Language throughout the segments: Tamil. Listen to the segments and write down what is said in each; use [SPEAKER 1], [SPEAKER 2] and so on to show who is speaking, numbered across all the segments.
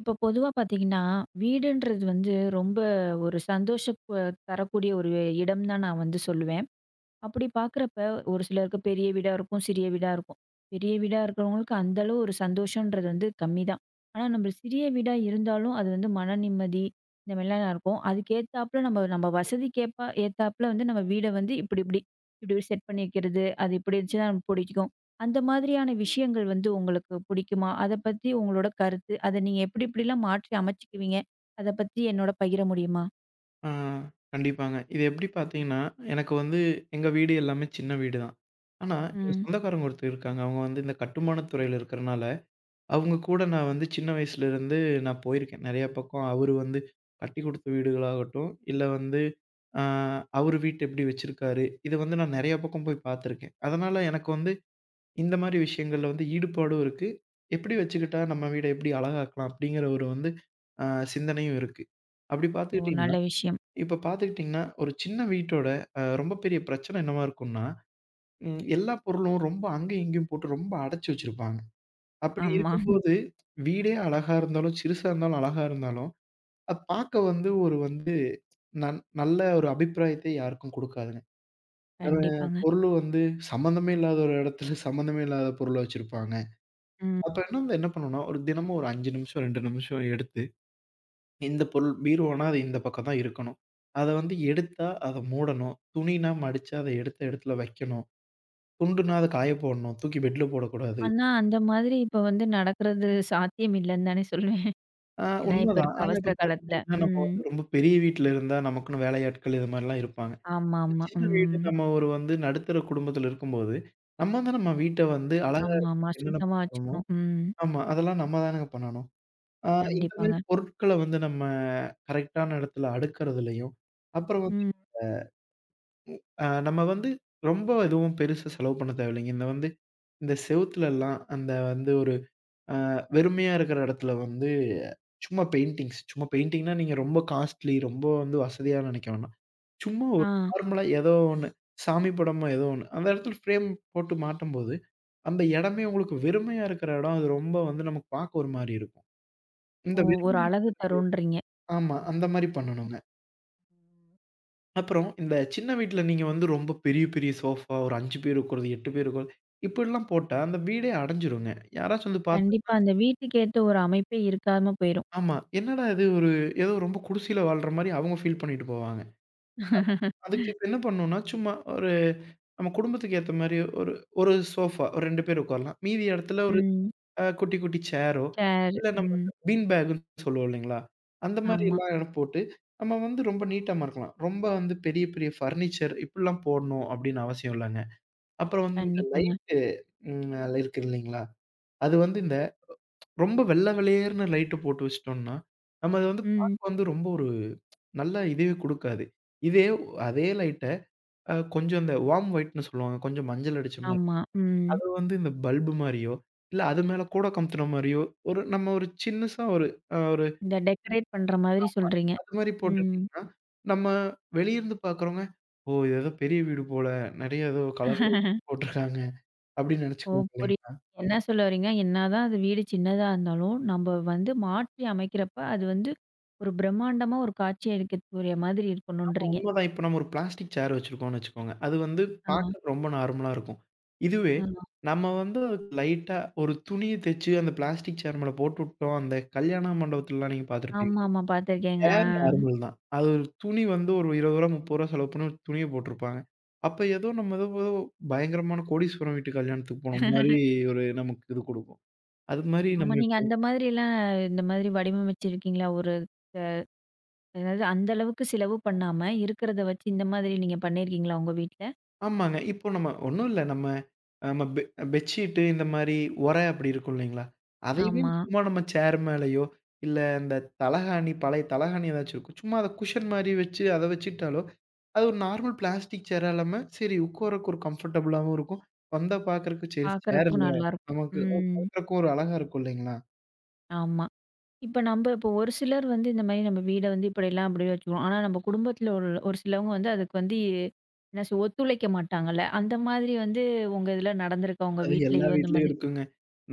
[SPEAKER 1] இப்போ பொதுவா பார்த்தீங்கன்னா, வீடுன்றது வந்து ரொம்ப ஒரு சந்தோஷம் தரக்கூடிய ஒரு இடம் தான் நான் வந்து சொல்லுவேன். அப்படி பார்க்குறப்ப, ஒரு சிலருக்கு பெரிய வீடா இருக்கும், சிறிய வீடா இருக்கும். பெரிய வீடா இருக்கிறவங்களுக்கு அந்த அளவு ஒரு சந்தோஷன்றது வந்து கம்மி தான். ஆனா நம்ம சிறிய வீடா இருந்தாலும், அது வந்து மன நிம்மதி இந்த மாரிலாம் இருக்கும். அதுக்கேத்தாப்புல நம்ம நம்ம வசதிக்கேற்ப ஏத்தாப்புல வந்து நம்ம வீட வந்து இப்படி இப்படி இப்படி செட் பண்ணி வைக்கிறது, அது இப்படி இருந்துச்சுன்னா நமக்கு பிடிக்கும். அந்த மாதிரியான விஷயங்கள் வந்து உங்களுக்கு பிடிக்குமா? அத பத்தி உங்களோட கருத்து, அத நீங்க எப்படி எப்படிலாம் மாற்றி அமைச்சுக்குவீங்க? அத பத்தி என்னோட பகிர முடியுமா?
[SPEAKER 2] ஆ, கண்டிப்பாங்க. இது எப்டி பார்த்தீங்கன்னா, எனக்கு வந்து எங்க வீடு எல்லாமே சின்ன வீடு தான். ஆனா, எங்க
[SPEAKER 1] ம்.
[SPEAKER 2] சொந்தக்காரங்க ஒருத்தர் இருக்காங்க. அவங்க வந்து இந்த கட்டுமானத் துறையில இருக்கறனால, அவங்க கூட நான் வந்து சின்ன வயசுலருந்து நான் போயிருக்கேன். நெறைய பக்கம் அவரு வந்து கட்டி குடுத்த வீடுகளாகட்டும், இல்ல வந்து ஆ அவரு வீட்ட எப்டி வச்சிருக்காரு, இத வந்து நான் நெறைய பக்கம் போய் பார்த்துருக்கேன். அதனால எனக்கு வந்து இந்த மாரி விஷயங்கள்ல வந்து ஈடுபாடும் இருக்கு. எப்டி வச்சுக்கிட்டா நம்ம வீட எப்டி அழகாக்கலாம் அப்டிங்கிற ஒரு வந்து ஆ சிந்தனையும் இருக்கு. அப்டி
[SPEAKER 1] ஓ! நல்ல
[SPEAKER 2] பார்த்துக்கிட்டீங்கன்னா
[SPEAKER 1] விஷயம்.
[SPEAKER 2] இப்ப பார்த்துக்கிட்டிங்கன்னா, ஒரு சின்ன வீட்டோட ரொம்ப பெரிய பிரச்சனை என்னவா இருக்கும்னா, எல்லா பொருளும் ரொம்ப அங்கேயும் இங்கேயும் போட்டு ரொம்ப அடைச்சு வச்சிருப்பாங்க. அப்படி
[SPEAKER 1] ஆமா.
[SPEAKER 2] இருக்கும்போது வீடே அழகா இருந்தாலும், சிறுசா இருந்தாலும், அழகா இருந்தாலும், அது பார்க்க வந்து ஒரு வந்து நல்ல ஒரு அபிப்பிராயத்தை யாருக்கும் குடுக்காதுங்க. ஒரு
[SPEAKER 1] கண்டிப்பாங்க.
[SPEAKER 2] பொருளும் வந்து சம்மந்தமே இல்லாத ஒரு இடத்துல சம்மந்தமே இல்லாத பொருள வச்சிருப்பாங்க.
[SPEAKER 1] ம்.
[SPEAKER 2] அப்ப என்ன வந்து என்ன பண்ணணும்னா, ஒரு தினமும் ஒரு 5 நிமிஷம், 2 நிமிஷம் எடுத்து இந்த பொருள் பீரோனா, அது இந்த பக்கம் தான் இருக்கணும். அத வந்து எடுத்தா, அத மூடணும். துணினா மடிச்சு அத எடுத்த இடத்துல வைக்கணும். துண்டுனா அத காய போடணும். தூக்கி பெட்ல போடக்கூடாது.
[SPEAKER 1] ஆனா, அந்த மாதிரி இப்ப வந்து நடக்கிறது சாத்தியம் இல்லன்னு தானே சொல்லுவேன்.
[SPEAKER 2] ஆ
[SPEAKER 1] ஏன்னா, இப்ப
[SPEAKER 2] உண்மதான்.
[SPEAKER 1] இருக்க
[SPEAKER 2] ஆனா இப்ப
[SPEAKER 1] அவசர காலத்துல.
[SPEAKER 2] பார்த்துக்கிட்டீங்கன்னா, நம்ம
[SPEAKER 1] ம்.
[SPEAKER 2] வந்து ரொம்ப பெரிய வீட்ல இருந்தா நமக்குன்னு வேலையாட்கள் இது மாரிலாம் இருப்பாங்க. இப்ப
[SPEAKER 1] ஆமாமா.
[SPEAKER 2] சின்ன வீடு
[SPEAKER 1] ம்.
[SPEAKER 2] நம்ம ஒரு வந்து நடுத்தர குடும்பத்துல இருக்கும்போது, நம்ம தான் நம்ம வீட்ட வந்து அழகா
[SPEAKER 1] ஆமாமா.
[SPEAKER 2] என்னென்ன
[SPEAKER 1] சுத்தமா
[SPEAKER 2] பண்ணணுமோ
[SPEAKER 1] வச்சுக்கணும். ம்.
[SPEAKER 2] ஆமா. அதெல்லாம் நம்ம தானங்க பண்ணணும். ஆ இந்த மாரி
[SPEAKER 1] கண்டிப்பாங்க.
[SPEAKER 2] பொருட்கள வந்து நம்ம கரெக்ட்டான இடத்துல அடுக்குறதுலயும், அப்புறம் வந்து
[SPEAKER 1] ம்.
[SPEAKER 2] நம்ம வந்து ரொம்ப எதுவும் பெருசா செலவு பண்ண தேவையில்லைங்க. இந்த வந்து இந்த செவுத்துலலாம் அந்த வந்து ஒரு வெறுமையா இருக்கிற இடத்துல வந்து சும்மா பெயிண்டிங்னா நீங்க ரொம்ப காஸ்ட்லி ரொம்ப வந்து வசதியா நினைக்க வேணாம். சும்மா ஒரு
[SPEAKER 1] ஆ.
[SPEAKER 2] நார்மலா ஏதோ ஒண்ணு. சாமி படமோ ஏதோ ஒண்ணு. அந்த இடத்துல ஃப்ரேம் போட்டு மாட்டும்போது, அந்த இடமே உங்களுக்கு வெறுமையா இருக்கிற இடம் அது ரொம்ப வந்து நமக்கு பார்க்க ஒரு மாரி இருக்கும். இந்த
[SPEAKER 1] ஓ! ஒரு
[SPEAKER 2] வெறுமை
[SPEAKER 1] அழகு தருன்றீங்க.
[SPEAKER 2] ஆமா அந்த மாரி பண்ணணுங்க. அப்புறம் இந்த சின்ன வீட்ல நீங்க வந்து ரொம்ப பெரிய, பெரிய சோஃபா ஒரு 5 பேர் உட்காருறது, 8 பேர் உட்காருறது இப்படிலாம் போட்டா அந்த வீடே அடஞ்சிருங்க. யாராச்சும் வந்து பார்த்தா
[SPEAKER 1] கண்டிப்பா அந்த வீட்டுக்கு ஏத்த ஒரு அமைப்பே இருக்காம போயிரும்.
[SPEAKER 2] ஆமா. என்னடா இது ஒரு ஏதோ ரொம்ப குடிசையில வாழ்ற மாரி அவங்க ஃபீல் பண்ணிட்டு போவாங்க. அதுக்கு இப்ப என்ன பண்ணணும்னா, சும்மா ஒரு நம்ம குடும்பத்துக்கு ஏத்த மாரி ஒரு ஒரு சோஃபா ஒரு 2 பேர் உட்காரலாம். மீதி இடத்துல ஒரு
[SPEAKER 1] ம்.
[SPEAKER 2] குட்டி, குட்டி சேரோ,
[SPEAKER 1] சேர்.
[SPEAKER 2] இல்ல நம்ம
[SPEAKER 1] ம்.
[SPEAKER 2] பீன் பேக்குன்னு சொல்லுவோம் இல்லைங்களா? அந்த மாரி
[SPEAKER 1] ஆமா.
[SPEAKER 2] எல்லாம் இடம் போட்டு நம்ம வந்து ரொம்ப நீட்டா மறக்கலாம். ரொம்ப வந்து பெரிய, பெரிய ஃபர்னிச்சர் இப்படிலாம் போடணும் அப்படின்னு அவசியம் இல்லங்க. அப்புறம் வந்து இந்த
[SPEAKER 1] கண்டிப்பாங்க.
[SPEAKER 2] லைட்டு ம் இருக்கு இல்லைங்களா? அது வந்து இந்த ரொம்ப வெள்ள வெளேர்ன்னு லைட்டு போட்டு வச்சுட்டோம்ன்னா, நம்ம அத வந்து
[SPEAKER 1] ம்.
[SPEAKER 2] பார்க்க வந்து ரொம்ப ஒரு நல்ல இதுவே குடுக்காது. இதே அதே லைட்ட கொஞ்சம் இந்த வார்ம் ஒயிட்ன்னு சொல்லுவாங்க. கொஞ்சம் மஞ்சள் அடிச்ச மாரி.
[SPEAKER 1] ஆமா. ம்.
[SPEAKER 2] அது வந்து இந்த பல்பு மாரியோ, இல்ல அது மேல கூட கமுத்துன மாரியோ, ஒரு நம்ம ஒரு சின்னுசா ஒரு ஒரு
[SPEAKER 1] இந்த டெக்கரேட் பண்ற மாதிரி சொல்றீங்க.
[SPEAKER 2] அது மாரி
[SPEAKER 1] ம்.
[SPEAKER 2] போட்டுட்டீங்கன்னா, நம்ம வெளியிருந்து பார்க்குறவங்க, "ஓ! இது ஏதோ பெரிய வீடு போல. நெறைய ஏதோ கலர்ல போட்டுருக்காங்க." அப்படின்னு
[SPEAKER 1] ஓ!
[SPEAKER 2] நெனச்சுக்குவாங்க
[SPEAKER 1] புரியுது.
[SPEAKER 2] இல்லைங்களா?
[SPEAKER 1] என்ன சொல்ல வர்றீங்க, என்னதான் அது வீடு சின்னதா இருந்தாலும், நம்ப வந்து மாற்றி அமைக்கிறப்ப, அது வந்து ஒரு பிரம்மாண்டமா ஒரு காட்சி அளிக்கக்கூடிய மாதிரி இருக்கணுன்றீங்க.
[SPEAKER 2] உண்மதான். இப்ப நம்ம ஒரு பிளாஸ்டிக் சேர் வச்சிருக்கோம்னு வச்சுக்கோங்க. அது வந்து
[SPEAKER 1] ஆ,
[SPEAKER 2] பார்க்கறக்கு ரொம்ப நார்மலா இருக்கும். இதுவே
[SPEAKER 1] ஆ.
[SPEAKER 2] நம்ம வந்து லைட்டா ஒரு துணிய தச்சு அந்த பிளாஸ்டிக் சேர் மேல போட்டு விட்டோம். அந்த கல்யாண மண்டபத்துலலாம் நீங்க பார்த்துருப்பீங்க.
[SPEAKER 1] ஆமா, ஆமா. பார்த்துருக்கேங்க.
[SPEAKER 2] சேர்
[SPEAKER 1] ஆ.
[SPEAKER 2] நார்மல் தான். அது ஒரு துணி வந்து ஒரு ரூ. 20 ரூ. 30 செலவு பண்ணி ஒரு துணிய போட்டிருப்பாங்க. அப்ப ஏதோ நம்ம ஏதோ ஏதோ பயங்கரமான கோடீஸ்வரன் வீட்டு கல்யாணத்துக்கு போன மாரி ஒரு நமக்கு இது குடுக்கும். அது மாரி நம்ம
[SPEAKER 1] ஆமா. நீங்க அந்த மாதிரிலாம் இந்த மாதிரி வடிவமைச்சிருக்கீங்களா? ஒரு அதாவது அந்த அளவுக்கு செலவு பண்ணாம, இருக்கிறத வச்சு இந்த மாதிரி நீங்க பண்ணியிருக்கீங்களா உங்க வீட்ல?
[SPEAKER 2] ஆமாங்க. இப்போ நம்ம ஒண்ணும் இல்ல. நம்ம நம்ம பெட்ஷீட்டு இந்த மாரி ஒரை அப்படி இருக்கும் இல்லைங்களா? அதையுமே
[SPEAKER 1] ஆமா.
[SPEAKER 2] சும்மா நம்ம சேர் மேலயோ, இல்ல இந்த தலகாணி பழைய தலகாணி ஏதாச்சும் இருக்கும். சும்மா அத குஷன் மாரி வச்சு அத வச்சுக்கிட்டாலோ, அது ஒரு நார்மல் பிளாஸ்டிக் சேரா இல்லாம, சரி உட்காரக்கு ஒரு கம்ஃபர்டபுளாவும் இருக்கும். வந்தா பார்க்கறக்கு சரி சேர்
[SPEAKER 1] பார்க்கறதுக்கும்
[SPEAKER 2] இல்ல.
[SPEAKER 1] நல்லாருக்கும்.
[SPEAKER 2] நமக்கு
[SPEAKER 1] ம்.
[SPEAKER 2] பார்க்கறக்கும் ஒரு அழகா இருக்கும் இல்லைங்களா?
[SPEAKER 1] ஆமா. இப்ப நம்ப இப்போ ஒரு சிலர் வந்து இந்த மாரி நம்ம வீட வந்து இப்படிலாம் அப்படியே வச்சுக்குவோம். ஆனா நம்ம குடும்பத்துல ஒரு ஒரு சிலவங்க வந்து அதுக்கு வந்து என்ன ஒத்துழைக்க மாட்டாங்கல்ல. அந்த மாதிரி வந்து உங்க இதுல நடந்திருக்கா? உங்க
[SPEAKER 2] அது எல்லா
[SPEAKER 1] வீட்லயோ இந்த
[SPEAKER 2] வீட்லயும்
[SPEAKER 1] மாதிரி?
[SPEAKER 2] இருக்குங்க.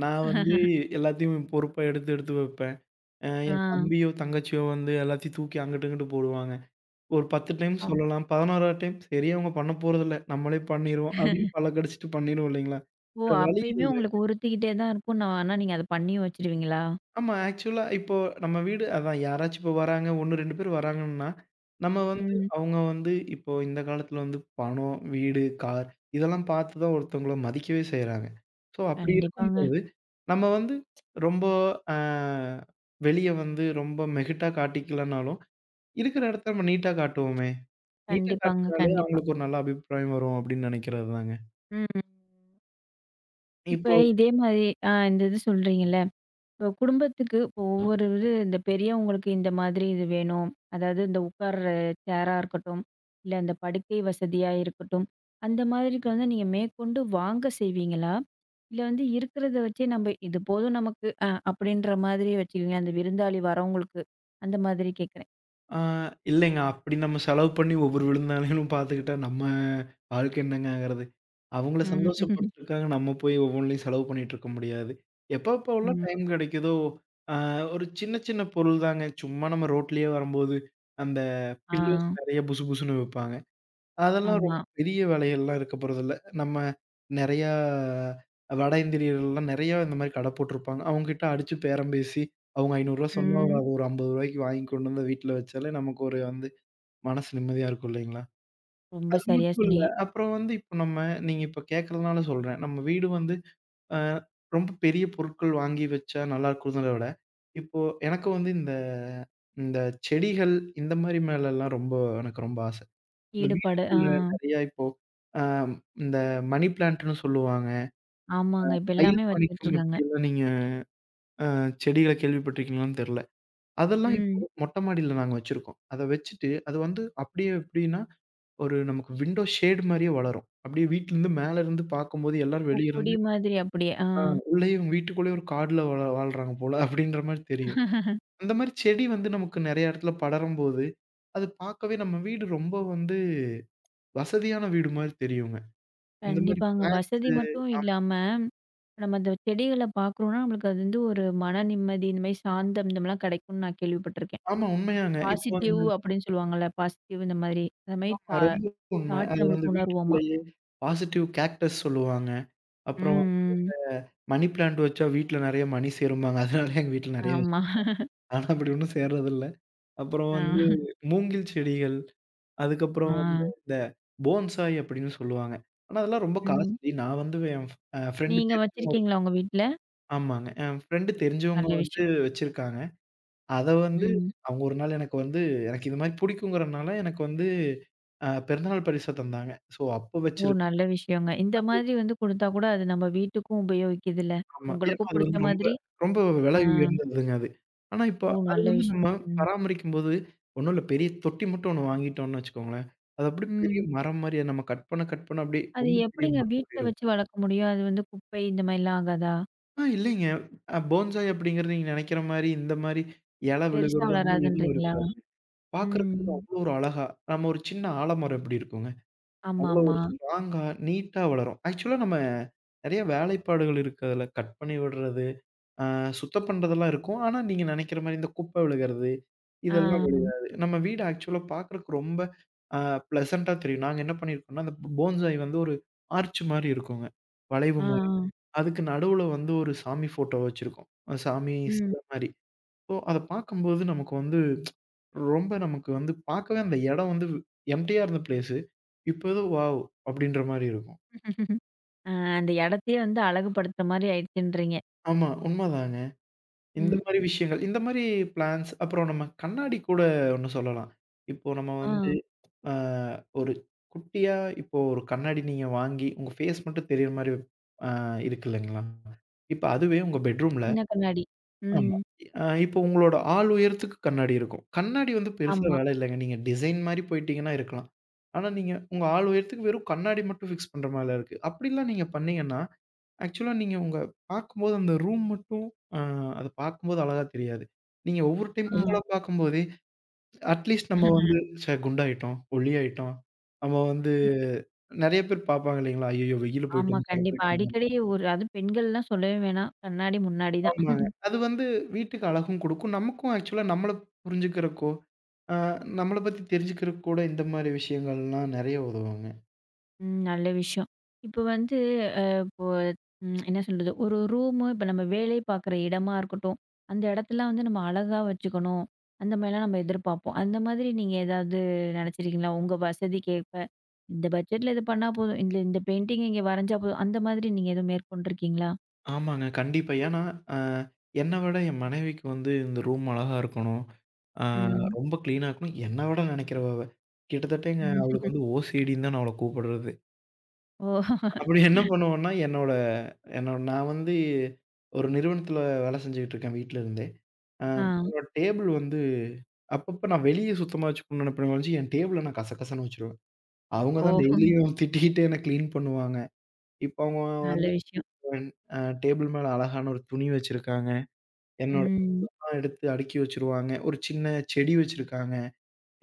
[SPEAKER 2] நான் வந்து எல்லாத்தையும் பொறுப்பா எடுத்து எடுத்து வைப்பேன்.
[SPEAKER 1] ஆ.
[SPEAKER 2] என் தம்பியோ, தங்கச்சியோ வந்து எல்லாத்தையும் தூக்கி அங்கிட்டு இங்கிட்டு போடுவாங்க. ஒரு 10 டைம்
[SPEAKER 1] ஆம்.
[SPEAKER 2] சொல்லலாம். 11ஆவது டைம் சரி அவங்க பண்ண போறதில்ல. நம்மளே பண்ணிருவோம் அப்படின்னு பல்லக்கடிச்சுட்டு பண்ணிருவோம் இல்லைங்களா?
[SPEAKER 1] ஓ!
[SPEAKER 2] வேற வழி
[SPEAKER 1] அப்பயுமே
[SPEAKER 2] இல்ல.
[SPEAKER 1] உங்களுக்கு உறுத்திக்கிட்டே தான் இருக்கும். நான் ஆனா நீங்க அத பண்ணியும் வச்சுருவீங்களா?
[SPEAKER 2] ஆமா ஆக்சுவலா இப்போ நம்ம வீடு அதான் யாராச்சும் இப்போ வராங்க 1, 2 பேர் வராங்கன்னா, நம்ம வந்து
[SPEAKER 1] ம்.
[SPEAKER 2] அவங்க வந்து இப்போ இந்த காலத்துல வந்து பணம், வீடு, கார் இதெல்லாம் பார்த்து தான் ஒருத்தவங்கள மதிக்கவே செய்றாங்க. ஸோ அப்படி
[SPEAKER 1] கண்டிப்பாங்க.
[SPEAKER 2] இருக்கும்போது, நம்ம வந்து ரொம்ப அ வெளிய வந்து ரொம்ப மெகிட்டா காட்டிக்கலனாலும், இருக்கிற இடத்த நம்ம நீட்டா காட்டுவோமே! நீட்டா
[SPEAKER 1] கண்டிப்பாங்க.
[SPEAKER 2] காட்டுனாலே
[SPEAKER 1] கண்டிப்பா.
[SPEAKER 2] அவங்களுக்கு ஒரு நல்ல அபிப்பிராயம் வரும் அப்படின்னு நினைக்கிறது தாங்க.
[SPEAKER 1] ம். இப்ப
[SPEAKER 2] இப்போ
[SPEAKER 1] இதே மாரி ஆ இந்த இது சொல்றீங்கல்ல. இப்போ குடும்பத்துக்கு இப்போ ஒவ்வொரு இது இந்த பெரியவங்களுக்கு இந்த மாதிரி இது வேணும். அதாவது இந்த உட்கார்ற சேரா இருக்கட்டும், இல்ல இந்த படுக்கை வசதியா இருக்கட்டும். அந்த மாதிரிக்கு வந்து நீங்க மேற்கொண்டு வாங்க செய்வீங்களா? இல்ல வந்து இருக்கிறத வச்சே நம்ம இது போதும் நமக்கு அப்படின்ற மாதிரி வச்சுக்குவீங்களா? அந்த விருந்தாளி வரவங்களுக்கு. அந்த மாதிரி கேட்கிறேன்.
[SPEAKER 2] ஆ இல்லைங்க. அப்படி நம்ம செலவு பண்ணி ஒவ்வொரு விருந்தாளிகளும் பார்த்துக்கிட்டா நம்ம வாழ்க்கை என்னங்க ஆகுறது? அவங்கள
[SPEAKER 1] ம்.
[SPEAKER 2] சந்தோஷப்படுத்துறதுக்காக நம்ம போய் ஒவ்வொன்லயும் செலவு பண்ணிட்டு இருக்க முடியாது. எப்போ எப்போலாம்
[SPEAKER 1] ம்.
[SPEAKER 2] டைம் கிடைக்குதோ, ஆ ஒரு சின்ன சின்ன பொருள் தாங்க. சும்மா நம்ம ரோட்லயே வரும்போது அந்த
[SPEAKER 1] ஆ.
[SPEAKER 2] பில்லோஸ் நெறைய புசு புசுன்னு விப்பாங்க. அதெல்லாம்
[SPEAKER 1] ஆமா.
[SPEAKER 2] ரொம்ப பெரிய வேலைகள்லாம் இருக்க போறதில்ல. நம்ம நெறையா வட இந்தியர்கள்லாம் நெறையா இந்த மாரி கடை போட்டிருப்பாங்க. அவங்ககிட்ட அடிச்சு பேரம் பேசி, அவங்க ரூ. 500 சொன்னா ஒரு-
[SPEAKER 1] ம்.
[SPEAKER 2] அது ஒரு ரூ. 50க்கு வாங்கி கொண்டு வந்து வீட்ல வச்சாலே நமக்கு ஒரு வந்து மனசு நிம்மதியா இருக்கும் இல்லைங்களா?
[SPEAKER 1] ரொம்ப
[SPEAKER 2] அது
[SPEAKER 1] சரியா
[SPEAKER 2] மட்டும் இல்ல.
[SPEAKER 1] சொன்னீங்க.
[SPEAKER 2] அப்புறம் வந்து இப்ப நம்ம நீங்க இப்ப கேட்கறதுனால சொல்றேன். நம்ம வீடு வந்து அ ரொம்ப பெரிய பொருட்கள் வாங்கி வச்சா நல்லா இருக்கும்ங்கிறத விட, இப்போ எனக்கு வந்து இந்த இந்த செடிகள் இந்த மாரி மேலலாம் ரொம்ப எனக்கு ரொம்ப ஆசை. இந்த
[SPEAKER 1] ஈடுபாடு. ஆ.
[SPEAKER 2] வீட்டுக்குள்ள நெறையா இப்போ, அ இந்த மணி பிளான்ட்ன்னு சொல்லுவாங்க.
[SPEAKER 1] ஆமாங்க. இப்ப
[SPEAKER 2] மயில்
[SPEAKER 1] எல்லாமே வச்சுட்டு
[SPEAKER 2] மாணிக்கம்
[SPEAKER 1] இருக்காங்க.
[SPEAKER 2] இப்படியெல்லாம் நீங்க அ செடிகள கேள்விப்பட்டிருக்கீங்களான்னு தெரியல. அதெல்லாம் இப்போ
[SPEAKER 1] ம்.
[SPEAKER 2] மொட்டை மாடியில நாங்க வச்சிருக்கோம். அத வச்சுட்டு அது வந்து அப்படியே எப்படின்னா, ஒரு நமக்கு விண்டோ ஷேட் மாரியே வளரும். அப்படியே வீட்லருந்து மேல இருந்து பார்க்கும்போது எல்லாரும்
[SPEAKER 1] ஓ
[SPEAKER 2] வெளிய
[SPEAKER 1] கொடி
[SPEAKER 2] இருந்து,
[SPEAKER 1] மாதிரி அப்படியே. ஆ.
[SPEAKER 2] உள்ளயே வீட்டுக்குள்ளேயே ஒரு காடுல வாழ்றாங்க போல அப்படின்ற மாரி தெரியும். அந்த மாரி செடி வந்து நமக்கு நெறைய இடத்துல படரும்போது, அது பார்க்கவே நம்ம வீடு ரொம்ப வந்து வசதியான வீடு மாரி தெரியுங்க. இந்த மாரி
[SPEAKER 1] கண்டிப்பாங்க.
[SPEAKER 2] பிளான்ட்ஸ்
[SPEAKER 1] வசதி மட்டும் இல்லாம, நம்ம அந்த செடிகள பார்க்குறோம்னா, நம்மளுக்கு அது வந்து ஒரு மன நிம்மதி, இந்த மாரி சாந்தம் இந்த மாரிலாம் கிடைக்கும்னு நான் கேள்விப்பட்டுருக்கேன்.
[SPEAKER 2] ஆமா, உண்மையாங்க. இப்போ
[SPEAKER 1] பாசிட்டிவ்
[SPEAKER 2] அந்த
[SPEAKER 1] அப்படின்னு சொல்லுவாங்கல்ல, பாசிட்டிவ் இந்த மாதிரி. அந்த மாரி
[SPEAKER 2] ஆமா ரொம்ப உண்ம.
[SPEAKER 1] தாட்
[SPEAKER 2] அது வந்து
[SPEAKER 1] நம்மளுக்கு உணர்வோமா.
[SPEAKER 2] வீட்டுக்குள்ளேயே பாசிட்டிவ் கேக்டஸ் சொல்லுவாங்க. அப்புறம்
[SPEAKER 1] ம், ம்.
[SPEAKER 2] மணி பிளான்ட் வச்சா வீட்ல நெறைய மணி சேரும்பாங்க. அதனால எங்க வீட்ல நெறைய
[SPEAKER 1] ஆமா.
[SPEAKER 2] வச்சிருக்கோம். ஆனா அப்படி ஒண்ணும் சேர்றதில்ல. அப்புறம்
[SPEAKER 1] ஆ,
[SPEAKER 2] வந்து மூங்கில் செடிகள்,
[SPEAKER 1] ஆ.
[SPEAKER 2] அதுக்கப்புறம் வந்து இந்த போன்சாய் அப்படின்னு சொல்லுவாங்க. ஆனா அதெல்லாம் ரொம்ப
[SPEAKER 1] ம்.
[SPEAKER 2] காஸ்ட்லி. நான் வந்து என் ஃப்ரெண்ட்
[SPEAKER 1] நீங்க
[SPEAKER 2] தெரிஞ்சவங்க ஒரு-
[SPEAKER 1] வச்சிருக்கீங்களா உங்க வீட்ல?
[SPEAKER 2] ஆமாங்க. என் ஃப்ரெண்ட் தெரிஞ்சவங்க
[SPEAKER 1] நல்ல
[SPEAKER 2] வந்து
[SPEAKER 1] விஷயம்.
[SPEAKER 2] வச்சிருக்காங்க. அத வந்து
[SPEAKER 1] ம்.
[SPEAKER 2] அவங்க ஒரு நாள் எனக்கு வந்து எனக்கு இது மாரி பிடிக்குங்கிறனால எனக்கு வந்து பிறந்தநாள் பரிசா தந்தாங்க. ஸோ அப்ப
[SPEAKER 1] ஓ!
[SPEAKER 2] வச்சிருக்கேன்.
[SPEAKER 1] நல்ல விஷயங்க. இந்த மாதிரி வந்து குடுத்தா கூட அது நம்ம வீட்டுக்கும் உபயோகிக்குதுல்ல.
[SPEAKER 2] ஆமா. ஏன்னா
[SPEAKER 1] உங்களுக்கும்
[SPEAKER 2] அது
[SPEAKER 1] புடிச்ச
[SPEAKER 2] வந்து ரொம்ப
[SPEAKER 1] மாதிரி.
[SPEAKER 2] ரொம்ப விலை
[SPEAKER 1] ஆ.
[SPEAKER 2] உயர்ந்ததுங்க அது. ஆனா இப்ப
[SPEAKER 1] ஓ!
[SPEAKER 2] அது
[SPEAKER 1] நல்ல
[SPEAKER 2] வந்து நம்ம
[SPEAKER 1] விஷயம். ம்.
[SPEAKER 2] பராமரிக்கும்போது ஒண்ணும் இல்ல பெரிய தொட்டி மட்டும் ஒண்ணு வாங்கிட்டோம்னு வச்சுக்கோங்களேன். அது அப்படியே பெரிய
[SPEAKER 1] ம்.
[SPEAKER 2] மரம் மாரி நம்ம கட் பண்ண கட் பண்ண அப்படியே
[SPEAKER 1] அது
[SPEAKER 2] ரொம்ப பெரிய
[SPEAKER 1] எப்படிங்க
[SPEAKER 2] மரம் மாரி
[SPEAKER 1] வீட்ல
[SPEAKER 2] இருக்கும்.
[SPEAKER 1] வச்சு வளர்க்க முடியும்? அது வந்து குப்பை இந்த மாரிலாம் ஆகாதா?
[SPEAKER 2] இல்லைங்க. போன்சாய் அப்படிங்கிறது நீங்க நினைக்கிற மாரி இந்த மாரி இலை
[SPEAKER 1] பெருசா
[SPEAKER 2] விழுகிறது அந்த மாரி எதுவும்
[SPEAKER 1] வளராதுன்றீங்களா?
[SPEAKER 2] இருக்காது.
[SPEAKER 1] ம்.
[SPEAKER 2] பார்க்கறதுக்கு அவ்வளோ ஒரு அழகா நம்ம ஒரு சின்ன ஆலமரம் எப்படி இருக்குங்க? அவ்வளோ
[SPEAKER 1] ஆமாமா.
[SPEAKER 2] ஒரு ஸ்ட்ராங்கா, நீட்டா வளரும். ஆக்சுவலா நம்ம நெறைய வேலைப்பாடுகள் இருக்கு அதுல. கட் பண்ணி விடுறது, அ சுத்தம் பண்றதெல்லாம் இருக்கும். ஆனா, நீங்க நெனைக்கிற மாரி இந்த குப்பை விழுகிறது,
[SPEAKER 1] ஆ,
[SPEAKER 2] இதெல்லாம் விழுகாது. நம்ம வீடு ஆக்சுவலா பார்க்கறக்கு ரொம்ப அ ப்ளசன்ட்டா தெரியும். நாங்க என்ன பண்ணியிருக்கோம்னா, அந்த போன்சாய் வந்து ஒரு ஆர்ச் மாரி இருக்குங்க. வளைவு
[SPEAKER 1] ஆ,
[SPEAKER 2] மாரி. அதுக்கு நடுவுல வந்து ஒரு சாமி ஃபோட்டோ வச்சிருக்கோம். சாமி
[SPEAKER 1] ம்.
[SPEAKER 2] சிலை மாரி. ஸோ, அத பார்க்கும்போது நமக்கு வந்து ரொம்ப நமக்கு வந்து பார்க்கவே அந்த இடம் வந்து எம்ப்டியா இருந்த பிளேஸு. இப்போ ஏதோ வாவ்! அப்படின்ற மாரி இருக்கும்.
[SPEAKER 1] ஆ அந்த இடத்தையே வந்து அழகுபடுத்துற மாரி ஆயிடுச்சுன்றீங்க.
[SPEAKER 2] ஆமா, உண்மதாங்க. இந்த
[SPEAKER 1] ம்.
[SPEAKER 2] மாரி விஷயங்கள், இந்த மாரி பிளான்ஸ் அப்புறம் நம்ம கண்ணாடி கூட ஒண்ணு சொல்லலாம். இப்போ நம்ம
[SPEAKER 1] ஆ.
[SPEAKER 2] வந்து அ ஒரு குட்டியா இப்போ ஒரு கண்ணாடி நீங்க வாங்கி, உங்க ஃபேஸ் மட்டும் தெரியிற மாரி அ இருக்கு இல்லைங்களா? இப்ப அதுவே உங்க பெட்ரூம்ல
[SPEAKER 1] சின்ன கண்ணாடி. ம்.
[SPEAKER 2] ஆமா. இப்போ உங்களோட ஆள் உயரத்துக்கு கண்ணாடி இருக்கும். கண்ணாடி வந்து பெருசா
[SPEAKER 1] ஆமா.
[SPEAKER 2] வேலை இல்லங்க. நீங்க டிசைன் மாரி போயிட்டீங்கன்னா இருக்கலாம். ஆனா நீங்க உங்க ஆள் உயரத்துக்கு வெறும் கண்ணாடி மட்டும் ஃபிக்ஸ் பண்ற மாரிலாம் இருக்கு. அப்படிலாம் நீங்க பண்ணீங்கன்னா, ஆக்சுவலா நீங்க உங்க பார்க்கும்போது அந்த ரூம் மட்டும் அ அத பார்க்கும்போது அழகா தெரியாது. நீங்க ஒவ்வொரு டைம்
[SPEAKER 1] ஆ.
[SPEAKER 2] உங்கள பார்க்கும்போதே, அட்லீஸ்ட் நம்ம வந்து ச்சே குண்டாயிட்டோம், ஒல்லியாயிட்டோம். நம்ம வந்து
[SPEAKER 1] ம்.
[SPEAKER 2] நெறைய பேர் பார்ப்பாங்க இல்லைங்களா? ஐய்யய்யோ! வெயில்ல போயிட்டு
[SPEAKER 1] ஆமா.
[SPEAKER 2] வந்து
[SPEAKER 1] கண்டிப்பா.
[SPEAKER 2] கருப்பாயிட்டோம்.
[SPEAKER 1] அடிக்கடி ஒரு அதுவும் பெண்கள்லாம் சொல்லவே வேணாம். கண்ணாடி முன்னாடி தான்.
[SPEAKER 2] ஆமாங்க. அது வந்து வீட்டுக்கு அழகும் குடுக்கும். நமக்கும் ஆக்சுவலா நம்மள புரிஞ்சுக்கிறக்கோ, அ நம்மள பத்தி தெரிஞ்சுக்கிறக்கு கூட இந்த மாரி விஷயங்கள்லாம் நெறைய உதவுங்க.
[SPEAKER 1] ம். நல்ல விஷயம். இப்ப வந்து இப்போ ம், என்ன சொல்றது? ஒரு ரூமு இப்ப நம்ம வேலை பார்க்குற இடமா இருக்கட்டும், அந்த இடத்தலாம் வந்து நம்ம அழகா வச்சுக்கணும். அந்த மாரிலாம் நம்ம எதிர்பார்ப்போம். அந்த மாதிரி நீங்க ஏதாவது நெனச்சிருக்கீங்களா? உங்க வசதிக்கேற்ப, இந்த பட்ஜெட்ல இது பண்ணா போதும். இல்ல இந்த பெயிண்டிங் இங்க வரைஞ்சா போதும். அந்த மாதிரி நீங்க எதுவும் மேற்கொண்டிருக்கீங்களா?
[SPEAKER 2] ஆமாங்க. கண்டிப்பா. ஏன்னா, அ என்ன விட என் மனைவிக்கு வந்து இந்த ரூம் அழகா இருக்கணும். அ
[SPEAKER 1] ம்.
[SPEAKER 2] ரொம்ப கிளீனா இருக்கணும். என்ன விட நெனைக்கிறவ அவ. கிட்டத்தட்ட எங்க
[SPEAKER 1] ம்.
[SPEAKER 2] அவளுக்கு வந்து ஓசிடின்னு தான் நான் அவள கூப்பிடுறது.
[SPEAKER 1] ஓ!
[SPEAKER 2] அப்படி என்ன பண்ணுவோம்னா, என்னோட என்னோட நான் வந்து ஒரு நிறுவனத்தில வேலை செஞ்சுகிட்டு இருக்கேன் வீட்ல இருந்தே. அ
[SPEAKER 1] ஆ.
[SPEAKER 2] என்னோட டேபிள் வந்து அப்பப்ப நான் வெளிய சுத்தமா வச்சுக்கணும்னு நினைப்பேனே ஒழிஞ்சு, என் டேபிள நான் கசகசன்னு வச்சுருவேன். அவங்க தான்
[SPEAKER 1] ஓ!
[SPEAKER 2] டெய்லியும் திட்டிக்கிட்டு என்ன கிளீன் பண்ணுவாங்க. இப்போ அவங்க
[SPEAKER 1] நல்ல
[SPEAKER 2] வந்து
[SPEAKER 1] விஷயம்.
[SPEAKER 2] டேபிள் மேல அழகான ஒரு துணி வச்சிருக்காங்க.
[SPEAKER 1] ம்.
[SPEAKER 2] என்னோடதெல்லாம் எடுத்து அடுக்கி வச்சுருவாங்க. ஒரு சின்ன செடி வச்சிருக்காங்க.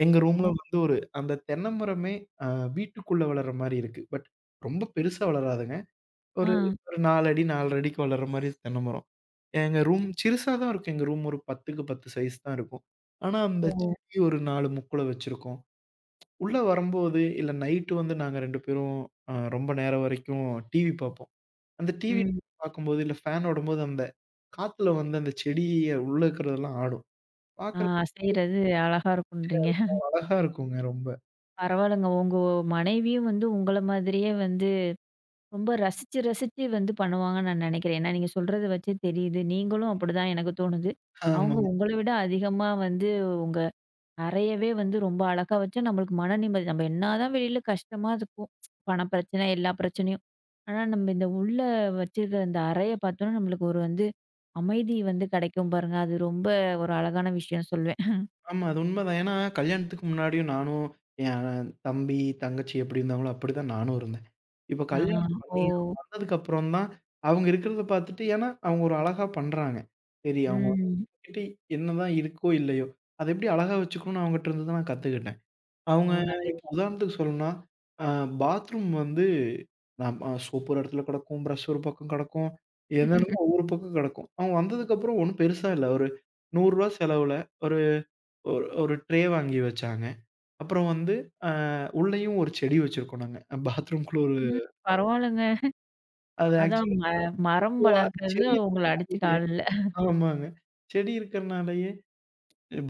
[SPEAKER 2] எங்க ரூம்ல
[SPEAKER 1] ஓ,
[SPEAKER 2] வந்து ஒரு அந்த தென்னை மரமே அ வீட்டுக்குள்ள வளர்ற மாரி இருக்கு. ரொம்ப பெருசா வளராதுங்க.
[SPEAKER 1] ஆ.
[SPEAKER 2] ஒரு ஒரு 4 அடி 4 1/2 அடிக்கு வளர்ற மாரி தென்னை மரம். எங்க ரூம் சிறுசா தான் இருக்கும். எங்க ரூம் ஒரு 10க்கு 10 சைஸ் தான் இருக்கும். ஆனா, அந்த
[SPEAKER 1] ஓ!
[SPEAKER 2] செடி ஒரு 4 முக்குல வச்சிருக்கோம். உள்ள வரும்போது இல்ல நைட்டு வந்து நாங்க 2 பேரும் ரொம்ப நேரம் வரைக்கும் டிவி பார்ப்போம். அந்த டிவி
[SPEAKER 1] ம்.
[SPEAKER 2] பார்க்கும்போது, இல்ல ஃபேன் ஓடும்போது அந்த காத்துல வந்து அந்த செடிய உள்ள இருக்கிறதெல்லாம் ஆடும்.
[SPEAKER 1] ஆ
[SPEAKER 2] பார்க்கறக்கு
[SPEAKER 1] செய்றது அழகா இருக்கும்ன்றீங்க.
[SPEAKER 2] அழகா இருக்குங்க ரொம்ப.
[SPEAKER 1] பரவால்லங்க. உங்க மனைவியும் வந்து உங்கள மாதிரியே வந்து ரொம்ப ரசிச்சு, ரசிச்சு வந்து பண்ணுவாங்கன்னு நான் நெனைக்கிறேன். ஏன்னா, நீங்க சொல்றத வச்சே தெரியுது. நீங்களும் அப்படிதான் எனக்கு தோணுது. அவங்க
[SPEAKER 2] ஆமாங்க.
[SPEAKER 1] உங்கள விட அதிகமா வந்து உங்க அறையவே வந்து ரொம்ப அழகா வச்சா நம்மளுக்கு மன நிம்மதி. நம்ம என்னாதான் வெளியில கஷ்டமா இருக்கும். பண பிரச்சனை, எல்லா பிரச்சனையும். ஆனா, நம்ம இந்த உள்ள வச்சிருக்கிற இந்த அறைய பார்த்தோம்னா, நம்மளுக்கு ஒரு வந்து அமைதி வந்து கெடைக்கும் பாருங்க. அது ரொம்ப ஒரு அழகான விஷயம் சொல்வேன்.
[SPEAKER 2] ஆமா. அது உண்மதான். ஏன்னா, கல்யாணத்துக்கு முன்னாடியும் நானும், என் தம்பி, தங்கச்சி எப்படி இருந்தாங்களோ, அப்படிதான் நானும் இருந்தேன். இப்போ
[SPEAKER 1] ஆ,
[SPEAKER 2] கல்யாணம்
[SPEAKER 1] ஓ!
[SPEAKER 2] பண்ணி அவங்க வந்ததுக்கப்புறம் தான், அவங்க இருக்கிறத பார்த்துட்டு ஏன்னா, அவங்க ஒரு அழகா பண்றாங்க. சரி அவங்க
[SPEAKER 1] ம்.
[SPEAKER 2] கிட்ட என்னதான் இருக்கோ, இல்லையோ, அத எப்படி அழகா வச்சுக்கணும்னு அவங்கட்ட இருந்து தான் நான் கத்துக்கிட்டேன்.
[SPEAKER 1] ஓ!
[SPEAKER 2] அவங்க
[SPEAKER 1] நல்ல
[SPEAKER 2] இப்போ
[SPEAKER 1] விஷயம்.
[SPEAKER 2] உதாரணத்துக்கு சொல்லணும்னா, அ பாத்ரூம் வந்து நம் அ சோப்பு ஒரு இடத்துல கெடக்கும், பிரஷ் ஒரு பக்கம் கெடக்கும். என்னென்னமோ ஒவ்வொரு பக்கம் கெடக்கும். அவங்க வந்ததுக்கப்புறம் ஒண்ணும் பெருசா இல்ல. ஒரு ரூ. 100 செலவுல ஒரு ஒரு ஒரு ட்ரே வாங்கி வச்சாங்க. அப்புறம் வந்து அ உள்ளேயும் ஒரு செடி வச்சிருக்கோம் நாங்க. பாத்ரூம்குள்ள ஒரு
[SPEAKER 1] ம். பரவால்லங்க.
[SPEAKER 2] அது
[SPEAKER 1] அதான்
[SPEAKER 2] ஆக்சுவலா
[SPEAKER 1] மரம்
[SPEAKER 2] இப்போ அந்த
[SPEAKER 1] வளர்க்கறதுல
[SPEAKER 2] செடி
[SPEAKER 1] உங்கள அடிச்சுக்க
[SPEAKER 2] இருந்தனாலயே
[SPEAKER 1] ஆள் இல்ல.
[SPEAKER 2] ஆமாங்க. செடி இருக்கிறனாலயே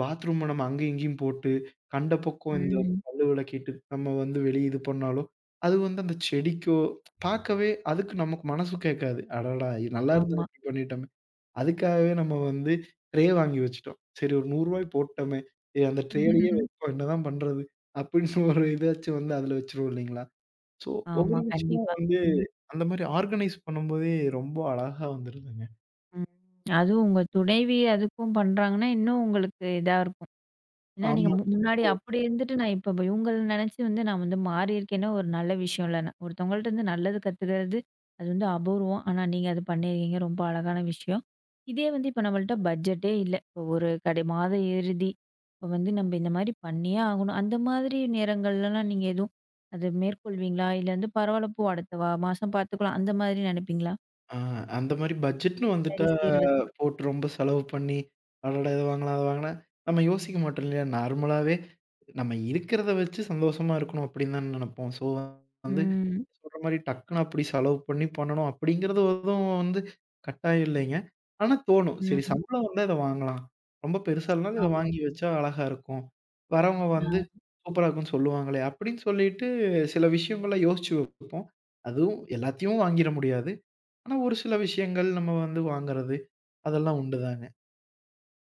[SPEAKER 2] பாத்ரூம நம்ம அங்கேயும் இங்கேயும் போட்டு, கண்ட பக்கம் இந்த
[SPEAKER 1] ம்.
[SPEAKER 2] பல்லு விளக்கிட்டு நம்ம வந்து வெளிய இது பண்ணாலும், அது வந்து அந்த செடிக்கோ பார்க்கவே அதுக்கு நமக்கு மனசு கேட்காது. அடடா! நல்லா இருந்தது
[SPEAKER 1] ஆமா.
[SPEAKER 2] இப்படி பண்ணிட்டோமே! அதுக்காகவே நம்ம வந்து ட்ரே வாங்கி வச்சுட்டோம். சரி ஒரு ரூ. 100 போட்டோமே! ஏ அந்த ட்ரேலயே வைப்போம் என்னதான் பண்றது? அப்படின்னு ஒரு இதாச்சும் வந்து அதில வச்சுருவோம் இல்லைங்களா? ஸோ
[SPEAKER 1] ஆமா.
[SPEAKER 2] ஒவ்வொரு விஷயமும்
[SPEAKER 1] கண்டிப்பா.
[SPEAKER 2] வந்து
[SPEAKER 1] ம்.
[SPEAKER 2] அந்த மாரி ஆர்கனைஸ் பண்ணும்போதே ரொம்ப அழகா வந்துருதுங்க.
[SPEAKER 1] ம். அதுவும் உங்க துணைவி அதுக்கும் பண்றாங்கன்னா, இன்னும் உங்களுக்கு இதா இருக்கும். ஏன்னா நீங்க
[SPEAKER 2] ஆமா.
[SPEAKER 1] முன்னாடி அப்படி இருந்துட்டு நான் இப்ப இவங்கள நினைச்சு வந்து நான் வந்து மாறியிருக்கேன்னா ஒரு நல்ல விஷயம் இல்ல. ஒருத்தவங்கள்ட்ட இருந்து நல்லது கத்துக்கிறது, அது வந்து அபூர்வம். ஆனா நீங்க அது பண்ணியிருக்கீங்க. ரொம்ப அழகான விஷயம். இதே வந்து இப்ப நம்மள்ட்ட பட்ஜெட்டே இல்ல. இப்போ ஒரு கடை மாத இறுதி. இப்போ வந்து நம்ம இந்த மாதிரி பண்ணியே ஆகணும். அந்த மாதிரி நேரங்கள்லலாம் நீங்க எதுவும் அது மேற்கொள்வீங்களா? இல்ல வந்து பரவாயில்ல போ அடுத்த மாசம் பார்த்துக்கலாம். அந்த மாதிரி நினைப்பீங்களா?
[SPEAKER 2] ஆ அந்த மாரி பட்ஜெட்ன்னு வந்துட்டா
[SPEAKER 1] சரி செய்றது.
[SPEAKER 2] போட்டு ரொம்ப செலவு பண்ணி அடடா! இத வாங்கலாம், அத வாங்கலாம். நம்ம யோசிக்க மாட்டோம் இல்லையா? நார்மலாவே நம்ம இருக்கிறத வச்சு சந்தோஷமா இருக்கணும் அப்படின்னு தான நினைப்போம். ஸோ வந்து
[SPEAKER 1] ம்.
[SPEAKER 2] சொல்ற மாரி டக்குனு அப்படி செலவு பண்ணி பண்ணணும் அப்படிங்கிறது எதுவும் வந்து கட்டாயம் இல்லைங்க. ஆனா தோணும். சரி
[SPEAKER 1] ம்.
[SPEAKER 2] சம்பளம் வந்தா இத வாங்கலாம். ரொம்ப பெருசா இல்லனாலும் இத
[SPEAKER 1] ஆமா.
[SPEAKER 2] வாங்கி வச்சா அழகா இருக்கும். வரவங்க
[SPEAKER 1] ஆ.
[SPEAKER 2] வந்து சூப்பரா இருக்குன்னு சொல்லுவாங்களே அப்படின்னு சொல்லிட்டு சில விஷயங்கள யோசிச்சு வைப்போம். அதுவும் எல்லாத்தையும் வாங்கிற முடியாது. ஆனா ஒரு சில விஷயங்கள் நம்ம வந்து வாங்குறது அதெல்லாம் உண்டுதாங்க.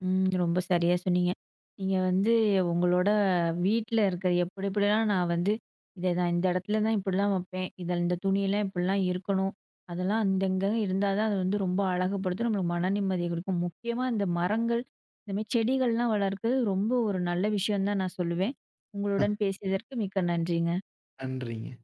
[SPEAKER 1] ம். ரொம்ப சரியா சொன்னீங்க. நீங்க வந்து உங்களோட வீட்ல இருக்கிற எப்படி எப்படிலாம் நான் வந்து இத நான் இந்த இடத்துல தான் இப்படிலாம் வைப்பேன். இதில இந்த துணியெல்லாம் இப்படிலாம் இருக்கணும். அதெல்லாம் அந்த இங்க இருந்தா தான் அது வந்து ரொம்ப அழகுபடுத்தும். நம்மளுக்கு மன நிம்மதிய கொடுக்கும். முக்கியமா இந்த மரங்கள், இந்த மாரி செடிகள்லாம் வளர்க்கிறது ரொம்ப ஒரு நல்ல விஷயம் தான் நான் சொல்லுவேன். உங்களுடன் பேசியதற்கு மிக்க நன்றிங்க.
[SPEAKER 2] நன்றிங்க.